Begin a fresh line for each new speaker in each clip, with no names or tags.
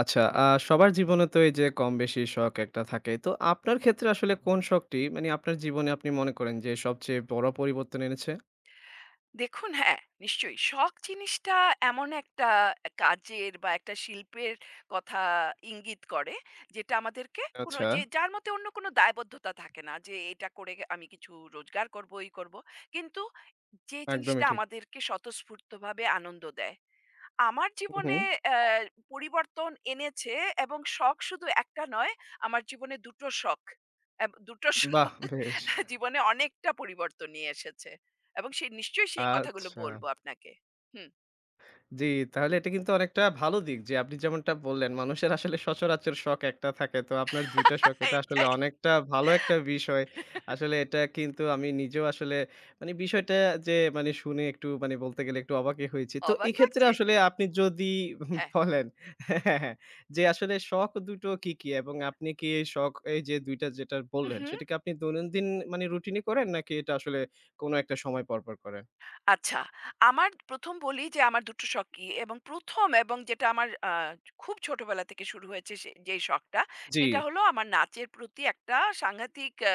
আচ্ছা, সবার জীবনে তো এই যে কম-বেশি শখ একটা থাকে। তো আপনার ক্ষেত্রে আসলে কোন শখটি মানে আপনার জীবনে আপনি মনে করেন যে সবচেয়ে বড় পরিবর্তন এনেছে?
দেখুন হ্যাঁ, নিশ্চয়ই। শখ জিনিসটা এমন একটা কাজের বা একটা শিল্পের কথা ইঙ্গিত করে, যেটা আমাদেরকে কোনো
আচ্ছা,
যে যার মধ্যে অন্য কোনো দায়বদ্ধতা থাকে না যে এটা করে আমি কিছু রোজগার করব, এই করব। কিন্তু যে
একদমই
জিনিসটা
ঠিক।
আমাদেরকে স্বতঃস্ফূর্তভাবে আনন্দ দেয়। আমার
হু, হু।
জীবনে অ্যা পরিবর্তন এনেছে এবং শখ শুধু একটা নয়, আমার জীবনে ২ টো শখ। ২ টো
বাহ!
শখ
বেশ।
জীবনে অনেকটা পরিবর্তন নিয়ে এসেছে। এবং সেই নিশ্চয়ই সেই কথাগুলো
আচ্ছা।
বলব আপনাকে। হুম।
জি, তাহলে এটা কিন্তু অনেকটা ভালো দিক যে আপনি যেমনটা বললেন, মানুষের আসলে সচরাচর শখ একটা থাকে। তো আপনার ২ টা শখ এটা আসলে
এটাই।
অনেকটা ভালো একটা বিষয়। আসলে এটা কিন্তু আমি নিজেও আসলে বিষয়টা যে শুনে একটু বলতে গেলে একটু অবাকই হয়েছি। তো
অবাক
এক্ষেত্রে
লাগছে?
আসলে আপনি যদি
হ্যাঁ।
বলেন হ্যাঁ, হ্যাঁ, যে আসলে শখ দুটো কি, কি? এবং আপনি কি এই শখ এই যে ২ টা যেটা বললেন
উহু।
সেটা কি আপনি দৈনন্দিন মানে রুটিনে করেন নাকি এটা আসলে কোনো একটা সময় পরপর করেন?
আচ্ছা। আমার ১ম বলি যে আমার ২ টো শখ কি এবং ১ম এবং যেটা আমার খুব ছোটবেলা থেকে শুরু হয়েছে সে যেই শখটা,
জি,
সেটা হলো আমার নাচের প্রতি একটা সাংঘাতিক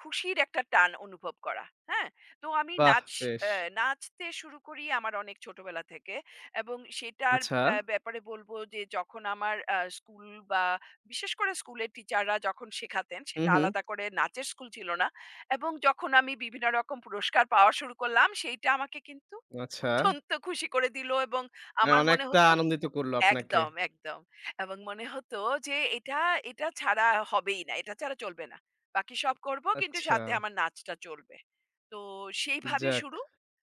খুশির একটা টান অনুভব করা। হ্যাঁ? তো আমি
বাহ! বেশ।
আ নাচতে শুরু করি আমার অনেক ছোটবেলা থেকে এবং সেটার
আচ্ছা।
ব্যাপারে বলব যে যখন আমার স্কুল বা বিশেষ করে স্কুলের টিচাররা যখন শেখাতেন,
হুম,
সেটা
হুম।
আলাদা করে নাচের স্কুল ছিল না। এবং যখন আমি বিভিন্ন রকম পুরস্কার পাওয়া শুরু করলাম সেইটা আমাকে কিন্তু
আচ্ছা।
অত্যন্ত খুশি করে দিল এবং
মানে
আমার মনে
অনেকটা
হতো
আনন্দিত করলো আপনাকে।
একদম, একদম। এবং মনে হতো যে এটা ছাড়া হবেই না। এটা ছাড়া চলবে না। বাকি সব করব কিন্তু
আচ্ছা,
সাথে আমার নাচটা চলবে। তো সেইভাবে
যাক।
শুরু।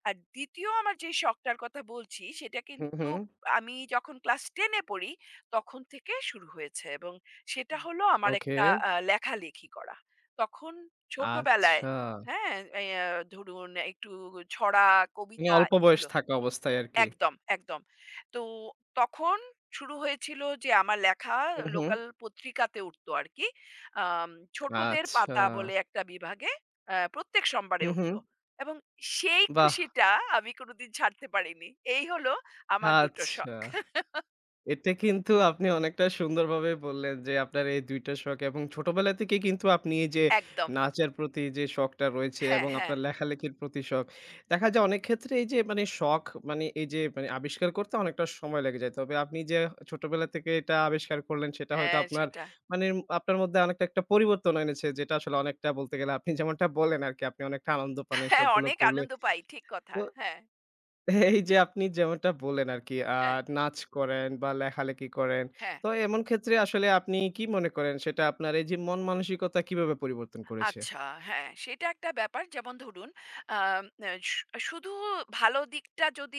আর ২য় আমার যে শখটার কথা বলছি সেটা
হুম,
কিন্তু
হুম।
আমি যখন ক্লাস ১০ এ পড়ি তখন থেকে শুরু হয়েছে এবং সেটা হলো আমার
ওকে।
একটা লেখালেখি করা। তখন ছোটবেলায়
আচ্ছা।
হ্যাঁ? ধরুন একটু ছড়া,
মানে
কবিতা
অল্প বয়স
এগুলো
থাকা অবস্থায় আরকি।
একদম, একদম। তো তখন শুরু হয়েছিল যে আমার লেখা
হুম, হুম।
লোকাল পত্রিকাতে উঠতো আরকি। আম ছোটদের
আচ্ছা।
পাতা বলে একটা বিভাগে প্রত্যেক সোমবারে
হুম, হুম।
উঠতো। এবং সেই
বাহ!
খুশিটা আমি কোনদিন ছাড়তে পারিনি। এই হলো আমার ২ টো
আচ্ছা।
শখ।
এটা কিন্তু আপনি অনেকটা সুন্দরভাবে বললেন যে আপনার এই ২ টা শখ এবং ছোটবেলা থেকেই কিন্তু আপনি এই যে
একদম।
নাচের প্রতি যে শখটা রয়েছে
হ্যাঁ,
এবং
হ্যাঁ,
আপনার লেখালেখির প্রতি শখ। দেখা যায় অনেক ক্ষেত্রে এই যে মানে শখ এই যে মানে আবিষ্কার করতে অনেকটা সময় লেগে যায়। তবে আপনি যে ছোটবেলা থেকে এটা আবিষ্কার করলেন সেটা হয়তো
হ্যাঁ,
আপনার
সেটা।
মানে আপনার মধ্যে অনেকটা একটা পরিবর্তন এনেছে যেটা আসলে অনেকটা বলতে গেলে আপনি যেমনটা বলেন আরকি আপনি অনেকটা আনন্দ পান এই
হ্যাঁ,
শখগুলো
অনেক
করলে।
আনন্দ পাই। ঠিক কথা।
তো
হ্যাঁ,
এই যে আপনি যেমনটা বললেন আরকি
হ্যাঁ,
নাচ করেন বা লেখালেখি করেন।
হ্যাঁ।
তো এমন ক্ষেত্রে আসলে আপনি কি মনে করেন সেটা আপনার এই যে মন মানসিকতা কিভাবে পরিবর্তন করেছে?
আচ্ছা, হ্যাঁ, সেটা একটা ব্যাপার। যেমন ধরুন, আম আ শু শুধু ভালো দিকটা যদি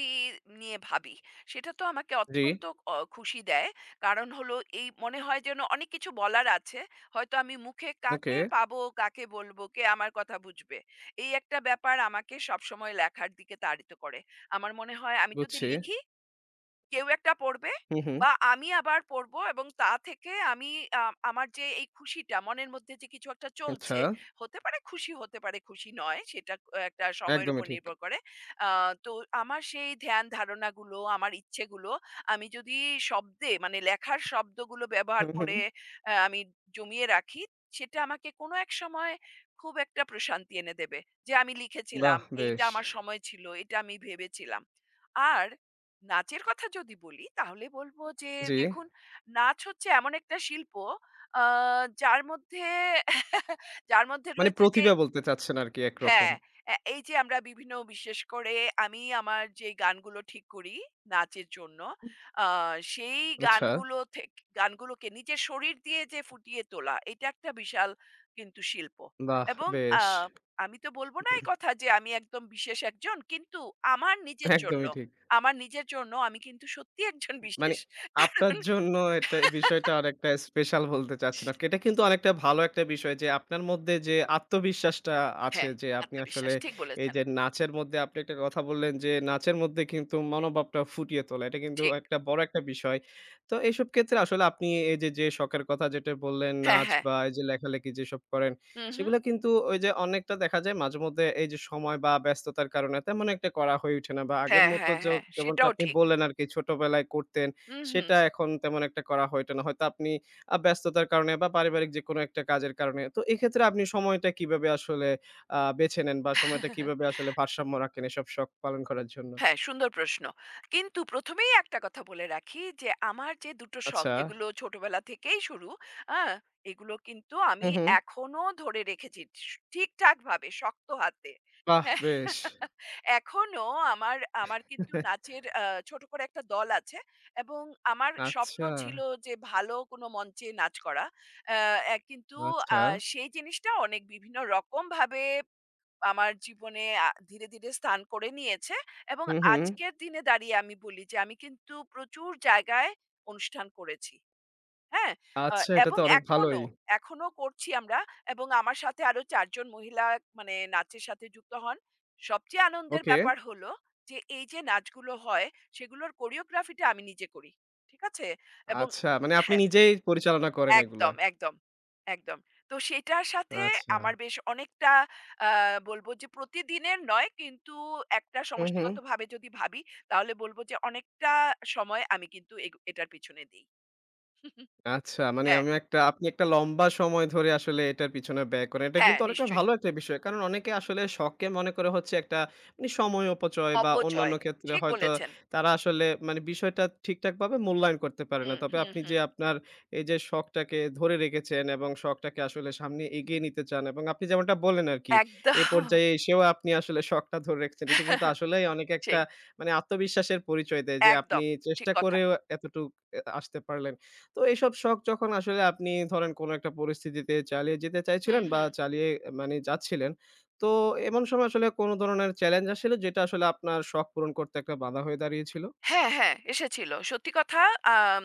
নিয়ে ভাবি, সেটা তো আমাকে
জি,
অত্যন্ত খুশি দেয়। কারণ হলো এই মনে হয় যেন অনেক কিছু বলার আছে। হয়তো আমি মুখে
ওকে
কাকে পাবো, কাকে বলবো, কে আমার কথা বুঝবে? এই একটা ব্যাপার আমাকে সবসময় লেখার দিকে তাড়িত করে। আমার মনে হয় আমি যদি
বুঝছি।
লিখি কেউ একটা পড়বে
হু, হু।
বা আমি আবার পড়বো এবং তা থেকে আমি আ আমার যে এই খুশিটা মনের মধ্যে যে কিছু একটা
আচ্ছা,
চলছে, হতে পারে খুশি, হতে পারে খুশি নয়, সেটা একটা সময়ের
একদমই
উপর
ঠিক।
নির্ভর করে। আ তো আমার সেই ধ্যান ধারণাগুলো, আমার ইচ্ছেগুলো আমি যদি শব্দে মানে লেখার শব্দগুলো
হু,
ব্যবহার
হু।
করে আমি জমিয়ে রাখি, সেটা আমাকে কোনো এক সময় খুব একটা প্রশান্তি এনে দেবে। যে আমি লিখেছিলাম,
বাহ!
এইটা
বেশ।
আমার সময় ছিল, এটা আমি ভেবেছিলাম। আর নাচের কথা যদি বলি তাহলে বলবো যে
জি।
দেখুন নাচ হচ্ছে এমন একটা শিল্প আ যার মধ্যে যার মধ্যে
মানে
রয়েছে যে
প্রতিভা বলতে চাচ্ছেন আরকি একরকম।
হ্যাঁ, এই যে আমরা বিভিন্ন বিশেষ করে আমি আমার যে গানগুলো ঠিক করি নাচের জন্য, আ সেই
আচ্ছা,
গানগুলো থেক গানগুলোকে নিজের শরীর দিয়ে যে ফুটিয়ে তোলা, এটা একটা বিশাল কিন্তু শিল্প।
বাহ!
এবং আ
বেশ।
আমি তো বলব না এই কথা যে আমি একদম বিশেষ একজন, কিন্তু আমার নিজের জন্য,
একদমই ঠিক।
আমার নিজের জন্য আমি কিন্তু সত্যি একজন
মানে
বিশেষ।
আপনার
কারণ
জন্য এটা বিষয়টা অনেকটা স্পেশাল বলতে চাচ্ছেন আরকি। এটা কিন্তু অনেকটা ভালো একটা বিষয় যে আপনার মধ্যে যে আত্মবিশ্বাসটা আছে
হ্যাঁ,
যে আপনি আসলে
আত্মবিশ্বাস। ঠিক
এই
বলেছেন।
যে নাচের মধ্যে আপনি একটা কথা বললেন যে নাচের মধ্যে কিন্তু মনোভাবটা ফুটিয়ে তোলা। এটা কিন্তু
ঠিক।
একটা বড় একটা বিষয়। তো এইসব ক্ষেত্রে আসলে আপনি এই যে, যে শখের কথা যেটা বললেন
হ্যাঁ,
নাচ
হ্যাঁ।
বা এই যে লেখালেখি যেসব করেন
হু, হু।
সেগুলো কিন্তু ওই যে অনেকটা দেখা যায় মাঝেমধ্যে এই যে সময় বা ব্যস্ততার কারণে তেমন একটা করা হয়ে ওঠে না বা আগের
হ্যাঁ,
মতো
হ্যাঁ,
যে
হ্যাঁ।
যেমনটা
সেটাও
আপনি
ঠিক।
বললেন আরকি ছোটবেলায় করতেন,
হু, হু।
সেটা এখন তেমন একটা করা হয়ে ওঠে না। হয়তো আপনি ব্যস্ততার কারণে বা পারিবারিক যেকোনো একটা কাজের কারণে। তো এক্ষেত্রে আপনি সময়টা কিভাবে আসলে বেছে নেন বা সময়টা কিভাবে আসলে ভারসাম্য রাখেন এসব শখ পালন করার জন্য?
হ্যাঁ, সুন্দর প্রশ্ন। কিন্তু ১ম এই একটা কথা বলে রাখি যে, আমার যে ২ টো শখ
আচ্ছা।
যেগুলো ছোটবেলা থেকেই শুরু, হ্যাঁ? এগুলো কিন্তু
হু,
আমি
হু।
এখনো ধরে রেখেছি ঠিকঠাকভাবে শক্ত হাতে।
বাহ!
হ্যাঁ,
বেশ।
এখনো আমার আমার কিন্তু নাচের ছোট করে একটা দল আছে এবং আমার স্বপ্ন
আচ্ছা,
ছিল যে ভালো কোনো মঞ্চে নাচ করা। অ্যা অ্যা কিন্তু
আচ্ছা।
আ সেই জিনিসটা অনেক বিভিন্ন রকমভাবে আমার জীবনে ধীরে, ধীরে স্থান করে নিয়েছে এবং
হু, হু।
আজকের দিনে দাঁড়িয়ে আমি বলি যে আমি কিন্তু প্রচুর জায়গায় অনুষ্ঠান করেছি। হ্যাঁ? আ
আচ্ছা, এটা তো
এবং
অনেক ভালোই।
এখনো করছি আমরা এবং আমার সাথে আরো ৪ জন মহিলা মানে নাচের সাথে যুক্ত হন। সবচেয়ে আনন্দের
ওকে।
ব্যাপার হলো যে এই যে নাচগুলো হয় সেগুলোর কোরিওগ্রাফিটা আমি নিজে করি। ঠিক আছে? এবং
আচ্ছা, মানে আপনি
হ্যাঁ।
নিজেই পরিচালনা করেন এগুলা।
একদম, একদম, একদম। তো সেটার সাথে
আচ্ছা।
আমার বেশ অনেকটা আ বলব যে প্রতিদিনের নয় কিন্তু একটা
হু, হু।
সমষ্টিগতভাবে যদি ভাবি তাহলে বলব যে অনেকটা সময় আমি কিন্তু এটার পিছনে দেই।
আচ্ছা, মানে
হ্যাঁ,
আমি একটা আপনি একটা লম্বা সময় ধরে আসলে এটার পিছনে ব্যয় করেন। এটা
হ্যাঁ
কিন্তু অনেকটা
নিশ্চয়ই।
ভালো একটা বিষয়। কারণ অনেকে আসলে শখকে মনে করে হচ্ছে একটা মানে সময় অপচয় বা
অপচয়।
অন্যান্য ক্ষেত্রে
ঠিক
হয়তো
বলেছেন।
তারা আসলে মানে বিষয়টা ঠিকঠাকভাবে মূল্যায়ন করতে পারে না।
হুম,
তবে
হুম,
আপনি যে
হুম।
আপনার এই যে শখটাকে ধরে রেখেছেন এবং শখটাকে আসলে সামনে এগিয়ে নিতে চান এবং আপনি যেমনটা বললেন আরকি, এ
একদম।
পর্যায়ে এসেও আপনি আসলে শখটা ধরে রেখেছেন। এটা কিন্তু আসলেই অনেক একটা
সেই।
মানে আত্মবিশ্বাসের পরিচয় দেয় যে আপনি
একদম। ঠিক
চেষ্টা
কথা।
করেও এতটুক এ আসতে পারলেন। তো এইসব শখ যখন আসলে আপনি ধরেন কোনো একটা পরিস্থিতিতে চালিয়ে যেতে
হুম,
চাইছিলেন বা
হুম।
চালিয়ে মানে যাচ্ছিলেন, তো এমন সময় আসলে কোনো ধরনের চ্যালেঞ্জ আসলে যেটা আসলে আপনার শখ পূরণ করতে একটা বাধা হয়ে দাঁড়িয়েছিল?
হ্যাঁ, হ্যাঁ, এসেছিল। সত্যি কথা আম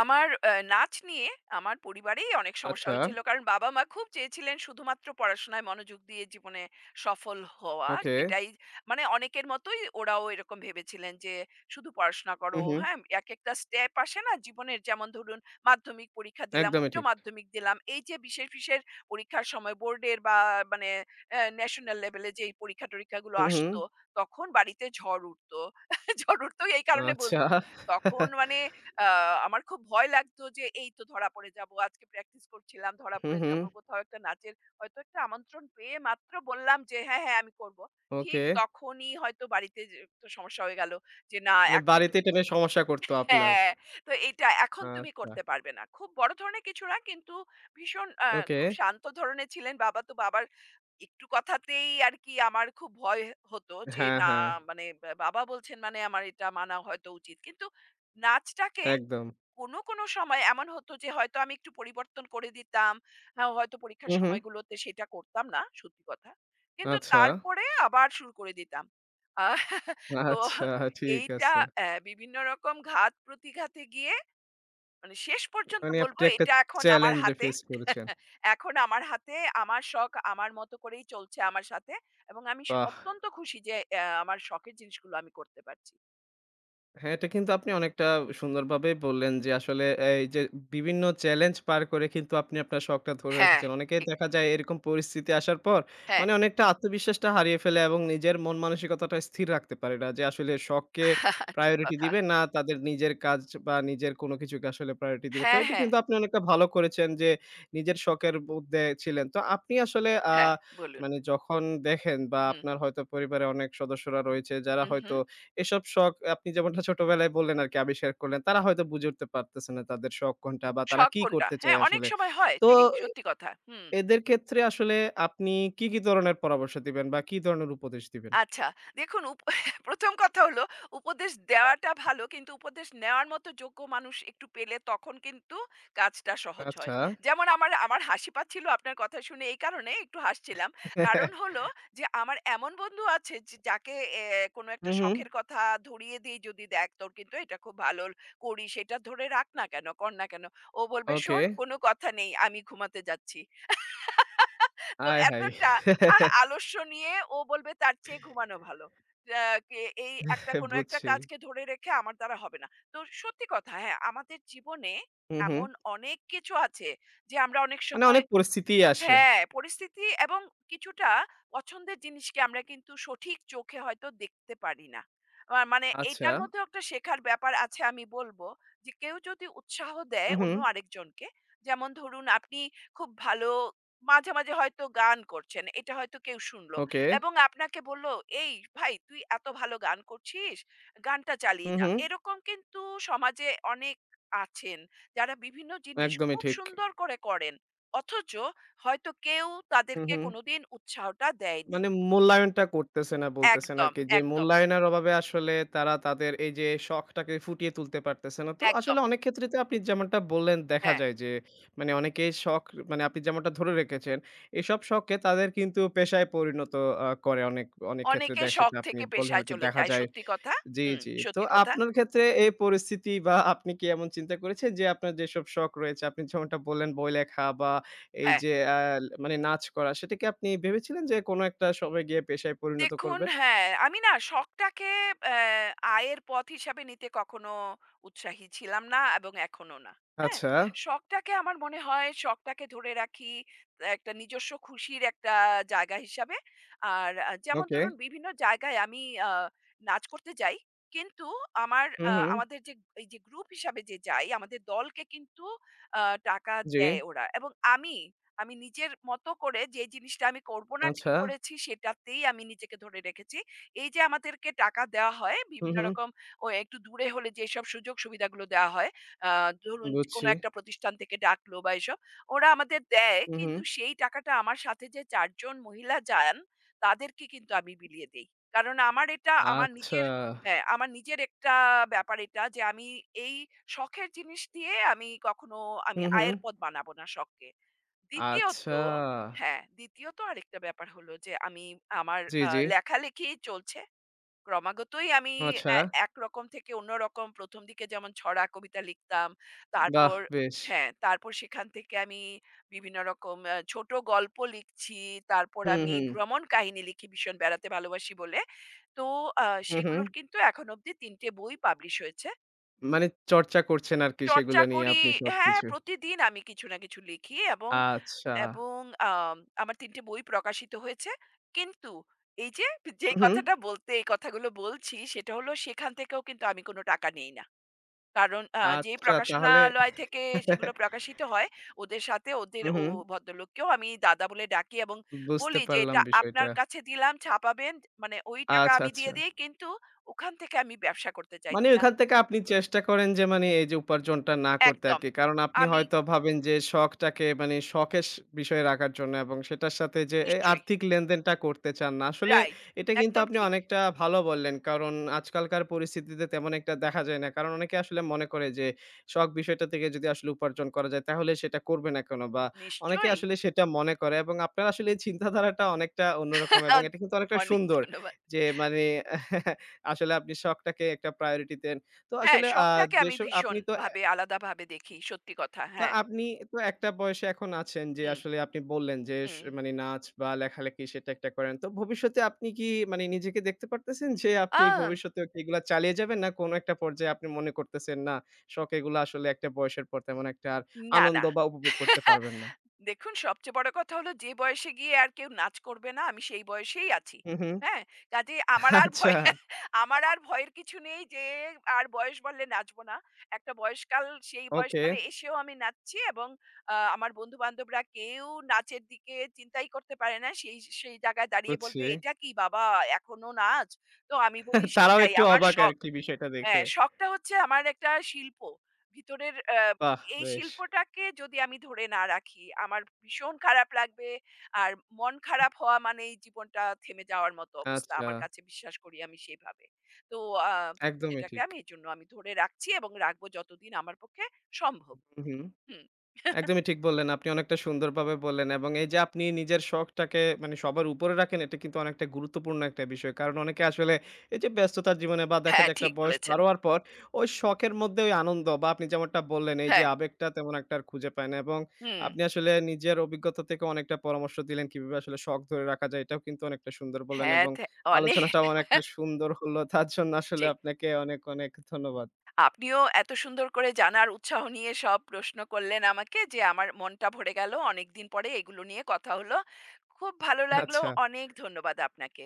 আমার নাচ নিয়ে আমার পরিবারেই অনেক সমস্যা
আচ্ছা,
হয়েছিল। কারণ বাবা-মা খুব চেয়েছিলেন শুধুমাত্র পড়াশোনায় মনোযোগ দিয়ে জীবনে সফল হওয়া।
ওকে।
এটাই মানে অনেকের মতোই ওরাও এরকম ভেবেছিলেন যে শুধু পড়াশোনা
হু,
করো,
হু।
হ্যাঁ? একেকটা স্টেপ আসে না জীবনের? যেমন ধরুন মাধ্যমিক পরীক্ষা দিলাম,
একদমই
উচ্চ
ঠিক।
মাধ্যমিক দিলাম। এই যে বিশেষ, বিশেষ পরীক্ষার সময় বোর্ডের বা মানে ন্যাশনাল লেভেলে যেই পরীক্ষা-টরীক্ষাগুলো
হু, হু।
আসতো, তখন বাড়িতে ঝড় উঠতো। জরুর তো এই কারণে
আচ্ছা।
বলছি। তখন মানে আ আমার খুব ভয় লাগতো যে এই তো ধরা পড়ে যাবো। আজকে প্র্যাকটিস করছিলাম, ধরা
হু,
পড়ে
হু।
যাবো। কোথাও একটা নাচের হয়তো একটা আমন্ত্রণ পেয়ে মাত্র বললাম যে হ্যাঁ, হ্যাঁ আমি করব। ঠিক
ওকে।
তখনই হয়তো বাড়িতে যে একটু সমস্যা হয়ে গেল যে না
মানে
এখন
বাড়িতে
তুমি
এটা নিয়ে সমস্যা করত আপনার।
হ্যাঁ, তো এইটা এখন তুমি
আচ্ছা।
করতে পারবে না। খুব বড় ধরনের কিছু না কিন্তু ভীষণ
ওকে।
খুব শান্ত ধরনের ছিলেন বাবা। তো বাবার একটু কথাতেই আরকি আমার খুব ভয় হতো যে
হ্যাঁ,
না
হ্যাঁ।
মানে বা বাবা বলছেন মানে আমার এটা মানা হয়তো উচিত। কিন্তু নাচটাকে
একদম।
কোনো সময় এমন হতো যে হয়তো আমি একটু পরিবর্তন করে দিতাম। হ্যাঁ, হয়তো পরীক্ষার
হু, হু।
সময়গুলোতে সেটা করতাম না, সত্যি কথা। কিন্তু
আচ্ছা,
তারপরে আবার শুরু করে দিতাম। আ তো
আচ্ছা ঠিক
এইটা
আছে।
বিভিন্ন রকম ঘাত-প্রতিঘাতে গিয়ে মানে শেষ পর্যন্ত
মানে
বলব
আপনি একটা
এটা এখন আমার
চ্যালেঞ্জ
হাতে।
ফেস করেছেন।
এখন আমার হাতে, আমার শখ আমার মতো করেই চলছে আমার সাথে এবং আমি
বাহ!
অত্যন্ত খুশি যে আমার শখের জিনিসগুলো আমি করতে পারছি।
হ্যাঁ, এটা কিন্তু আপনি অনেকটা সুন্দরভাবেই বললেন যে আসলে এই যে বিভিন্ন চ্যালেঞ্জ পার করে কিন্তু আপনি আপনার শখটা ধরে
হ্যাঁ,
রেখেছেন। অনেকেই
ঠিক।
দেখা যায় এরকম পরিস্থিতি আসার পর
হ্যাঁ,
মানে অনেকটা আত্মবিশ্বাসটা হারিয়ে ফেলে এবং নিজের মন মানসিকতাটা স্থির রাখতে পারে না যে আসলে শখকে
ঠিক
প্রায়োরিটি
কথা।
দিবে না তাদের নিজের কাজ বা নিজের কোনো কিছুকে আসলে প্রায়োরিটি দিবে। তো
হ্যাঁ,
এটি
হ্যাঁ।
কিন্তু আপনি অনেকটা ভালো করেছেন যে নিজের শখের মধ্যে ছিলেন। তো আপনি আসলে
হ্যাঁ, বলুন।
মানে যখন দেখেন বা
হুম,
আপনার হয়তো পরিবারে অনেক সদস্যরা রয়েছে যারা
হু, হু।
হয়তো এসব শখ আপনি যেমনটা ছোটবেলায় বললেন আরকি আবিষ্কার করলেন, তারা হয়তো বুঝে উঠতে পারতেছে না তাদের শখ কোনটা বা তারা
শখ
কি
কোনটা?
করতে
হ্যাঁ,
চায়
অনেক
আসলে।
সময় হয়
তো
সেই
এ
সত্যি কথা। হুম।
এদের ক্ষেত্রে আসলে আপনি কি, কি ধরনের পরামর্শ দিবেন বা কি ধরনের উপদেশ দিবেন?
আচ্ছা দেখুন ১ম কথা হলো উপদেশ দেওয়াটা ভালো কিন্তু উপদেশ নেওয়ার মতো যোগ্য মানুষ একটু পেলে তখন কিন্তু কাজটা সহজ হয়।
আচ্ছা।
যেমন আমার, আমার হাসি পাচ্ছিল আপনার কথা শুনে এই কারণে একটু হাসছিলাম। কারণ হলো যে আমার এমন বন্ধু আছে যে যাকে এ কোনো
হু,
একটা
হু।
শখের কথা ধরিয়ে দিই যদি, "দেখ তোর কিন্তু এটা খুব ভালো করিস এটা ধরে রাখ না কেন, কর না কেন?" ও বলবে,
ওকে।
"শোন কোনো কথা নেই আমি ঘুমাতে যাচ্ছি।" তো
আয় হায়!
এতটা আহ আলস্য নিয়ে ও বলবে তার চেয়ে ঘুমানো ভালো। আ কে এই একটা কোনো একটা
বুঝছি।
কাজকে ধরে রেখে আমার দ্বারা হবে না। তো সত্যি কথা হ্যাঁ, আমাদের জীবনে
হু, হু।
এমন অনেক কিছু আছে যে আমরা অনেক
মানে
সময়
অনেক পরিস্থিতিই আসে।
হ্যাঁ, পরিস্থিতি এবং কিছুটা পছন্দের জিনিসকে আমরা কিন্তু সঠিক চোখে হয়তো দেখতে পারি না। মানে
আচ্ছা।
এটার মধ্যেও একটা শেখার ব্যাপার আছে আমি বলব যে কেউ যদি উৎসাহ
হু,
দেয়
হু।
অন্য আরেকজনকে, যেমন ধরুন আপনি খুব ভালো মাঝে, মাঝে হয়তো গান করছেন। এটা হয়তো কেউ শুনলো
ওকে।
এবং আপনাকে বলল, "এই ভাই তুই এত ভালো গান করছিস, গানটা
হু,
চালিয়ে যা।"
হু।
এরকম কিন্তু সমাজে অনেক আছেন যারা বিভিন্ন জিনিস
একদমই
খুব
ঠিক।
সুন্দর করে করেন। অথচ হয়তো কেউ
হু,
তাদেরকে
হু।
কোনোদিন উৎসাহটা দেয়নি।
মানে মূল্যায়নটা করতেছে না বলতেছেন
একদম,
আরকি যে
একদম,
মূল্যায়নের অভাবে আসলে তারা তাদের এই যে শখটাকে ফুটিয়ে তুলতে পারতেছে না। তো আসলে
একদম।
অনেক ক্ষেত্রে তো আপনি যেমনটা বললেন দেখা
হ্যাঁ,
যায় যে মানে অনেকেই শখ মানে আপনি যেমনটা ধরে রেখেছেন এসব শখকে তাদের কিন্তু পেশায় পরিণত করে অনেক, অনেক ক্ষেত্রে
অনেকে
দেখ
শখ
সেটা আপনি
থেকে
বললেন
পেশায়
আরকি
চলে
দেখা
যায়।
যায়
সত্যি কথা।
জি,
হুম,
জি। তো
সত্যি কথা।
আপনার ক্ষেত্রে এই পরিস্থিতি বা আপনি কি এমন চিন্তা করেছেন যে আপনার যেসব শখ রয়েছে আপনি যেমনটা বললেন বই লেখা বা এই
হ্যাঁ।
যে আ মানে নাচ করা সেটা কি আপনি ভেবেছিলেন যে কোনো একটা সময় গিয়ে পেশায় পরিণত
দেখুন,
করবেন?
হ্যাঁ, আমি না শখটাকে অ্যা আয়ের পথ হিসাবে নিতে কখনো উৎসাহী ছিলাম না এবং এখনো না। হ্যাঁ?
আচ্ছা,
শখটাকে আমার মনে হয় শখটাকে ধরে রাখি একটা নিজস্ব খুশির একটা জায়গা হিসাবে। আর যেমন
ওকে।
ধরুন বিভিন্ন জায়গায় আমি আ নাচ করতে যাই। কিন্তু আমার
হুম,
আ
হুম।
আমাদের যে এই যে গ্রুপ হিসাবে যে যাই, আমাদের দলকে কিন্তু আ টাকা
জি,
দেয় ওরা এবং আমি আমি নিজের মতো করে যে জিনিসটা আমি করব না
আচ্ছা।
ঠিক করেছি সেটাতেই আমি নিজেকে ধরে রেখেছি। এই যে আমাদেরকে টাকা দেওয়া হয়
হুম,
বিভিন্ন
হুম।
রকম ও একটু দূরে হলে যেসব সুযোগ সুবিধাগুলো দেওয়া হয়, আ ধরুন কোনো
বুঝছি।
একটা প্রতিষ্ঠান থেকে ডাকলো বা এসব, ওরা আমাদের দেয়
হুম, হুম।
কিন্তু সেই টাকাটা আমার সাথে যে ৪ জন মহিলা যান তাদেরকে কিন্তু আমি বিলিয়ে দেই। কারণ আমার এটা আমার
আচ্ছা।
নিজের হ্যাঁ, আমার নিজের একটা ব্যাপার এটা যে আমি এই শখের জিনিস দিয়ে আমি কখনো
হুম, হুম।
আয়ের পথ বানাবো না শখকে। দ্বিতীয়ত
আচ্ছা।
হ্যাঁ, দ্বিতীয়ত আরেকটা ব্যাপার হলো যে আমি আমার
জি, জি।
লেখালেখি চলছে। ক্রমাগতই আমি
আচ্ছা।
এ একরকম থেকে অন্যরকম ১ম দিকে যেমন ছড়া কবিতা লিখতাম।
বাহ!
তারপর
বেশ।
হ্যাঁ, তারপর সেখান থেকে আমি বিভিন্ন রকম ছোট গল্প লিখছি। তারপর
হুম,
আমি
হুম।
ভ্রমণ কাহিনী লিখি ভীষণ বেড়াতে ভালোবাসি বলে। তো আ
হুম, হুম।
সেগুলোর কিন্তু এখন অব্দি ৩ টে বই পাবলিশ হয়েছে।
মানে চর্চা করছেন আরকি সেগুলো
চর্চা
নিয়ে
করি
আপনি
হ্যাঁ,
সবকিছু।
প্রতিদিন আমি কিছু না কিছু লিখি এবং,
আচ্ছা।
এবং আম আমার ৩ টে বই প্রকাশিত হয়েছে। কিন্তু এই যে, যে
হু, হুম।
কথাটা বলতে এই কথাগুলো বলছি সেটা হলো সেখান থেকেও কিন্তু আমি কোনো টাকা নেই না। কারণ যে
আচ্ছা তাহলে
প্রকাশনালয় থেকে সেগুলো প্রকাশিত হয়, ওদের সাথে ওদের
হু,
ও
হুম।
ভদ্রলোককেও আমি দাদা বলে ডাকি এবং
বুঝতে
বলি যে,
পারলাম
"এটা আপনার
বিষয়টা।
কাছে দিলাম ছাপাবেন।" মানে ওই টাকা
আচ্ছা,
আমি দিয়ে
আচ্ছা।
দেই। কিন্তু ওখান থেকে আমি ব্যবসা করতে
মানে
চাইছি না।
ওইখান থেকে আপনি চেষ্টা করেন যে মানে এই যে উপার্জনটা না করতে
একদম।
আরকি। কারণ আপনি
আমি
হয়তো ভাবেন যে শখটাকে মানে শখের বিষয়ে রাখার জন্য এবং সেটার সাথে যে
নিশ্চয়ই।
আর্থিক লেনদেনটা করতে চান না। আসলে
রাইট।
এটা কিন্তু
একদম
আপনি
ঠিক।
অনেকটা ভালো বললেন। কারণ আজকালকার পরিস্থিতিতে তেমন একটা দেখা যায় না। কারণ অনেকে আসলে মনে করে যে শখ বিষয়টা থেকে যদি আসলে উপার্জন করা যায় তাহলে সেটা করবে না কেন? বা অনেকে
নিশ্চয়ই।
আসলে সেটা মনে করে এবং আপনার আসলে এই চিন্তাধারাটা অনেকটা অন্যরকম এবং এটা কিন্তু অনেকটা
অনেক
সুন্দর।
ধন্যবাদ।
যে মানে আসলে আপনি শখটাকে একটা প্রায়োরিটি দেন। তো
হ্যাঁ,
আসলে
শখটাকে আমি
যেসব আপনি তো এ
ভীষণভাবে আলাদাভাবে দেখি। সত্যি কথা।
তো
হ্যাঁ।
আপনি তো একটা বয়সে এখন আছেন যে
হুম,
আসলে আপনি বললেন যে
হুম।
মানে নাচ বা লেখালেখি সেটা একটা করেন। তো ভবিষ্যতে আপনি কি মানে নিজেকে দেখতে পারতেছেন যে
আ
আপনি ভবিষ্যতেও কি এগুলা চালিয়ে যাবেন? না কোনো একটা পর্যায়ে আপনি মনে করতেছেন না, শখ এগুলা আসলে একটা বয়সের পর তেমন একটা আর
না,
আনন্দ
না।
বা উপভোগ করতে পারবেন না?
দেখুন সবচেয়ে বড় কথা হলো যে বয়সে গিয়ে আর কেউ নাচ করবে না আমি সেই বয়সেই আছি।
হু, হু।
হ্যাঁ? কাজেই আমার আর
আচ্ছা,
ভয় আমার আর ভয়ের কিছু নেই যে আর বয়স বাড়লে নাচবো না। একটা বয়সকাল সেই
ওকে
বয়সকালে এসেও আমি নাচছি এবং আমার বন্ধু-বান্ধবরা কেউ নাচের দিকে চিন্তাই করতে পারে না। সেই সেই জায়গায় দাঁড়িয়ে
বুঝছি।
বলবে, "এটা কি বাবা এখনো নাচ?" তো আমি বলি
তারাও
সেটাই
একটু
আমার
অবাক
শখ।
আরকি বিষয়টা দেখে।
হ্যাঁ, শখটা হচ্ছে আমার একটা শিল্প। ভিতরের
বাহ!
এই
বেশ।
শিল্পটাকে যদি আমি ধরে না রাখি, আমার ভীষণ খারাপ লাগবে। আর মন খারাপ হওয়া মানেই জীবনটা থেমে যাওয়ার মতো অবস্থা।
আচ্ছা,
আমার কাছে বিশ্বাস করি আমি সেইভাবে। তো আ
একদমই
সেটাকে
ঠিক।
আমি এজন্য ধরে রাখছি এবং রাখবো যতদিন আমার পক্ষে সম্ভব।
হুম, হুম।
হুম।
একদমই ঠিক বললেন। আপনি অনেকটা সুন্দরভাবে বললেন এবং এই যে আপনি নিজের শখটাকে মানে সবার উপরে রাখেন এটা কিন্তু অনেকটা গুরুত্বপূর্ণ একটা বিষয়। কারণ অনেকে আসলে এই যে ব্যস্ততার জীবনে বা দেখা
হ্যাঁ,
যায় একটা
ঠিক
বয়স পার
বলেছেন।
হওয়ার পর ওই শখের মধ্যে ওই আনন্দ বা আপনি যেমনটা বললেন এই যে
হ্যাঁ,
আবেগটা তেমন একটা আর খুঁজে পায় না এবং
হুম।
আপনি আসলে নিজের অভিজ্ঞতা থেকে অনেকটা পরামর্শ দিলেন কিভাবে আসলে শখ ধরে রাখা যায় এটাও কিন্তু অনেকটা সুন্দর বললেন
হ্যাঁ,
এবং
থে অনেক
আলোচনাটাও অনেকটা সুন্দর হলো। তার জন্য আসলে
ঠিক।
আপনাকে অনেক, অনেক ধন্যবাদ।
আপনিও এত সুন্দর করে জানার উৎসাহ নিয়ে সব প্রশ্ন করলেন আমাকে যে আমার মনটা ভরে গেল অনেকদিন পরে এগুলো নিয়ে কথা হলো খুব ভালো লাগলো
আচ্ছা।
অনেক ধন্যবাদ আপনাকে